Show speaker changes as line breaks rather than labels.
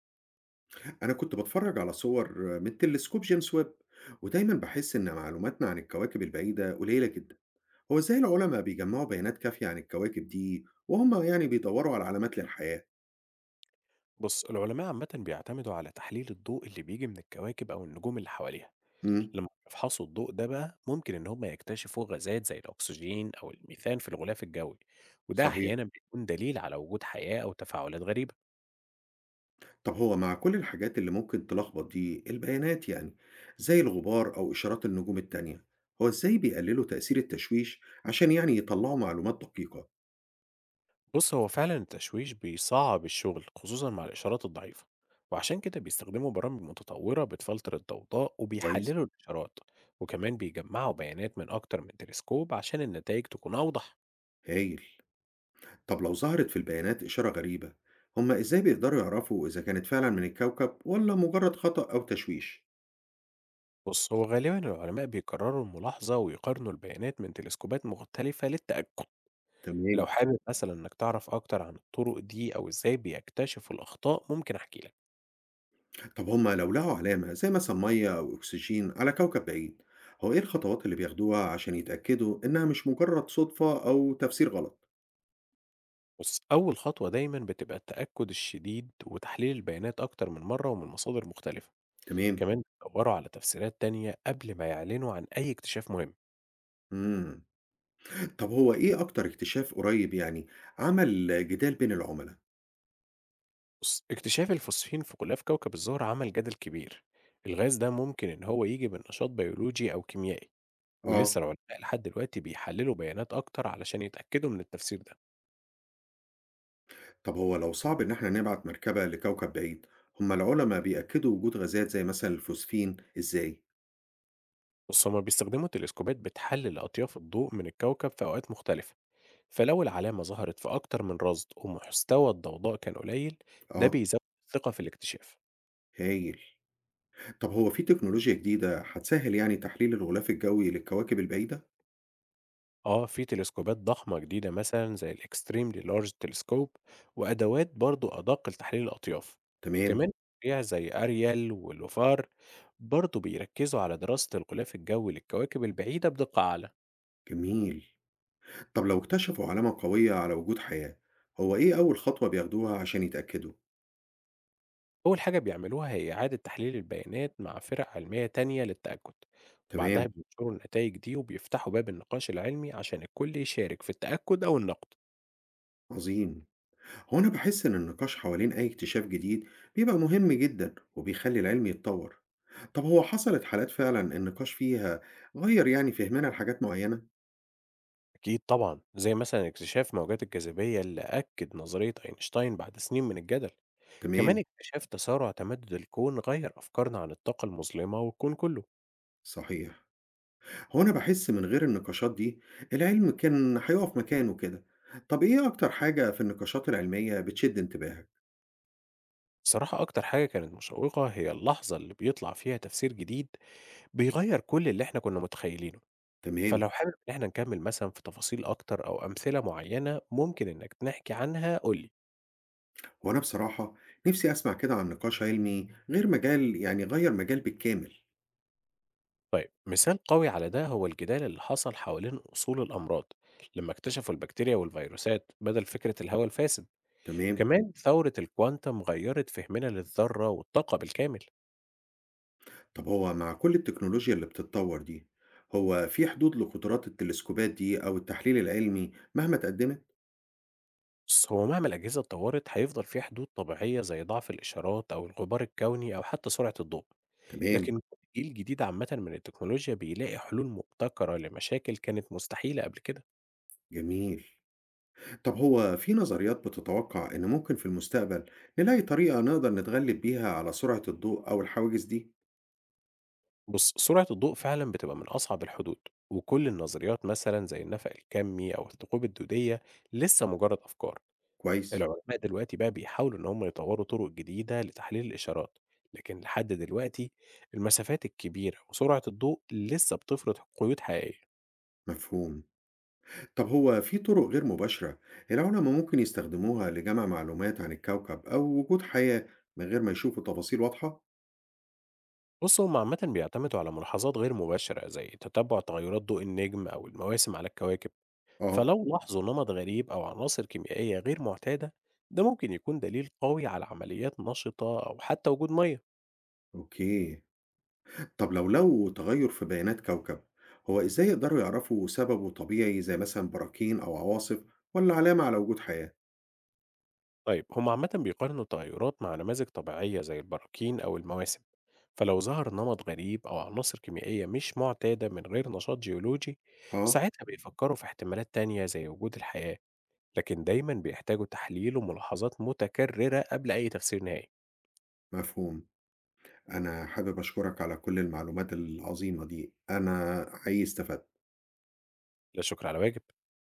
أنا كنت بتفرج على صور من تلسكوب جيمس ويب، ودايما بحس إن معلوماتنا عن الكواكب البعيدة قليلة جدا. هو إزاي العلماء بيجمعوا بيانات كافية عن الكواكب دي وهم يعني بيدوروا على علامات للحياة؟
بص، العلماء عامة بيعتمدوا على تحليل الضوء اللي بيجي من الكواكب أو النجوم اللي حواليها.
امم
لما يفحصوا الضوء ده بقى، ممكن إن هم يكتشفوا غازات زي الأكسجين أو الميثان في الغلاف الجوي، وده
صحيح.
أحيانا بيكون دليل على وجود حياة أو تفاعلات غريبة.
طب هو مع كل الحاجات اللي ممكن تلخبط دي البيانات يعني، زي الغبار أو إشارات النجوم التانية، هو إزاي بيقللوا تأثير التشويش عشان يعني يطلعوا معلومات دقيقة؟
بص، هو فعلا التشويش بيصعب الشغل خصوصا مع الإشارات الضعيفة، وعشان كده بيستخدموا برامج متطورة بتفلتر الضوضاء
كويس.
وبيحللوا الإشارات. وكمان بيجمعوا بيانات من أكتر من تلسكوب عشان النتائج تكون أوضح.
هايل. طب لو ظهرت في البيانات إشارة غريبة، هما إزاي بيقدروا يعرفوا إذا كانت فعلا من الكوكب ولا مجرد خطأ أو تشويش؟
بص، هو غالبا العلماء بيكرروا الملاحظة ويقارنوا البيانات من تلسكوبات مختلفة للتأكد.
تمام.
لو حابب مثلا انك تعرف اكتر عن الطرق دي او ازاي بيكتشفوا الاخطاء، ممكن احكي لك.
طب هما لو لقوا علامة زي مثلا مية أو أكسجين على كوكب بعيد، هو إيه الخطوات اللي بياخدوها عشان يتأكدوا إنها مش مجرد صدفة أو تفسير غلط؟
بص، اول خطوة دايما بتبقى التأكد الشديد وتحليل البيانات اكتر من مرة ومن مصادر مختلفة.
تمام.
كمان بيدوروا على تفسيرات تانية قبل ما يعلنوا عن اي اكتشاف مهم.
مم. طب هو إيه أكتر اكتشاف قريب يعني عمل جدال بين العملاء؟
بص، اكتشاف الفوسفين في غلاف كوكب الزهرة عمل جدل كبير. الغاز ده ممكن ان هو يجي من نشاط بيولوجي او كيميائي، ولسه
آه.
العلماء لحد دلوقتي بيحللوا بيانات أكتر علشان يتأكدوا من التفسير ده.
طب هو لو صعب إن إحنا نبعت مركبة لكوكب بعيد، هما العلماء بيأكدوا وجود غازات زي مثلا الفوسفين إزاي؟
بس هما بيستخدموا تلسكوبات بتحلل أطياف الضوء من الكوكب في أوقات مختلفة، فلو العلامة ظهرت في أكتر من رصد ومستوى الضوضاء كان قليل، ده
آه،
بيزود الثقة في الاكتشاف.
هايل. طب هو في تكنولوجيا جديدة هتسهّل يعني تحليل الغلاف الجوي للكواكب البعيدة؟
اه، في تلسكوبات ضخمة جديدة مثلا زي الاكستريملي لارج تلسكوب، وأدوات برضو أدق لتحليل الأطياف.
تمام،
كمان مشاريع زي أريال ولوفار برضو بيركزوا على دراسة الغلاف الجوي للكواكب البعيدة بدقة أعلى.
جميل. طب لو اكتشفوا علامة قوية على وجود حياة، هو إيه أول خطوة بياخدوها عشان يتأكدوا؟
أول حاجة بيعملوها هي إعادة تحليل البيانات مع فرق علمية تانية للتأكد، وبعدها
تمام،
بينشروا النتائج دي وبيفتحوا باب النقاش العلمي عشان الكل يشارك في التأكد أو النقد.
عظيم. هو أنا باحس إن النقاش حوالين أي اكتشاف جديد بيبقى مهم جدًا وبيخلّي العلم يتطوّر. طب هو حصلت حالات فعلًا النقاش فيها غيّر يعني فهمنا لحاجات معيّنة؟
أكيد طبعا، زي مثلا اكتشاف موجات الجاذبية اللي أكد نظرية أينشتاين بعد سنين من الجدل. كمان
تمام،
اكتشاف تسارع تمدد الكون غير أفكارنا عن الطاقة المظلمة والكون كله.
صحيح. هو أنا باحس من غير النقاشات دي، العلم كان هيقف مكانه كده. طب إيه أكتر حاجة في النقاشات العلمية بتشد انتباهك؟
بصراحة أكتر حاجة كانت مشوقة هي اللحظة اللي بيطلع فيها تفسير جديد بيغير كل اللي احنا كنا متخيلينه.
تمام.
فلو حابب إن إحنا نكمّل مثلًا في تفاصيل أكتر أو أمثلة معيّنة ممكن إنّك نحكي عنها، قُل لي.
هو أنا بصراحة نفسي أسمع كده عن نقاش علمي غير مجال يعني غيّر مجال بالكامل.
طيب، مثال قوي على ده هو الجدال اللي حصل حوالين أصول الأمراض، لمّا اكتشفوا البكتيريا والفيروسات بدل فكرة الهوا الفاسد.
تمام.
كمان ثورة الكوانتم غيّرت فهمنا للذرّة والطاقة بالكامل.
طب هو مع كل التكنولوجيا اللي بتتطور دي، هو في حدود لقدرات التلسكوبات دي أو التحليل العلمي مهما اتقدمت؟
بُص، هو مهما الأجهزة اتطوّرت هيفضل في حدود طبيعية زي ضعف الإشارات أو الغبار الكوني أو حتى سرعة الضوء.
تمام،
لكن كل جيل جديد عامةً من التكنولوجيا بيلاقي حلول مبتكرة لمشاكل كانت مستحيلة قبل كده.
جميل. طب هو في نظريات بتتوقع إن ممكن في المستقبل نلاقي طريقة نقدر نتغلب بيها على سرعة الضوء أو الحواجز دي؟
بص، سرعة الضوء فعلا بتبقى من أصعب الحدود، وكل النظريات مثلا زي النفق الكمي أو الثقوب الدودية لسه مجرد أفكار.
كويس،
العلماء دلوقتي بقى بيحاولوا إن هم يطوروا طرق جديدة لتحليل الإشارات، لكن لحد دلوقتي المسافات الكبيرة وسرعة الضوء لسه بتفرض قيود حقيقية.
مفهوم. طب هو في طرق غير مباشرة العلماء ممكن يستخدموها لجمع معلومات عن الكوكب أو وجود حياة من غير ما يشوفوا تفاصيل واضحة؟
بص، هم عامة بيعتمدوا على ملاحظات غير مباشرة زي تتبع تغيرات ضوء النجم أو المواسم على الكواكب.
آه،
فلو لاحظوا نمط غريب أو عناصر كيميائية غير معتادة، ده ممكن يكون دليل قوي على عمليات نشطة أو حتى وجود مية.
أوكي. طب لو تغير في بيانات كوكب، هو إزاي يقدروا يعرفوا سببه طبيعي زي مثلا براكين أو عواصف ولا علامة على وجود حياة؟
طيب، هم عامة بيقارنوا التغيرات مع نماذج طبيعية زي البراكين أو المواسم، فلو ظهر نمط غريب أو عناصر كيميائية مش معتادة من غير نشاط جيولوجي،
آه،
ساعتها بيفكروا في احتمالات تانية زي وجود الحياة. لكن دايما بيحتاجوا تحليل وملاحظات متكررة قبل أي تفسير نهائي.
مفهوم. أنا حابب أشكرك على كل المعلومات العظيمة دي، أنا حقيقي استفدت.
لا شكر على واجب.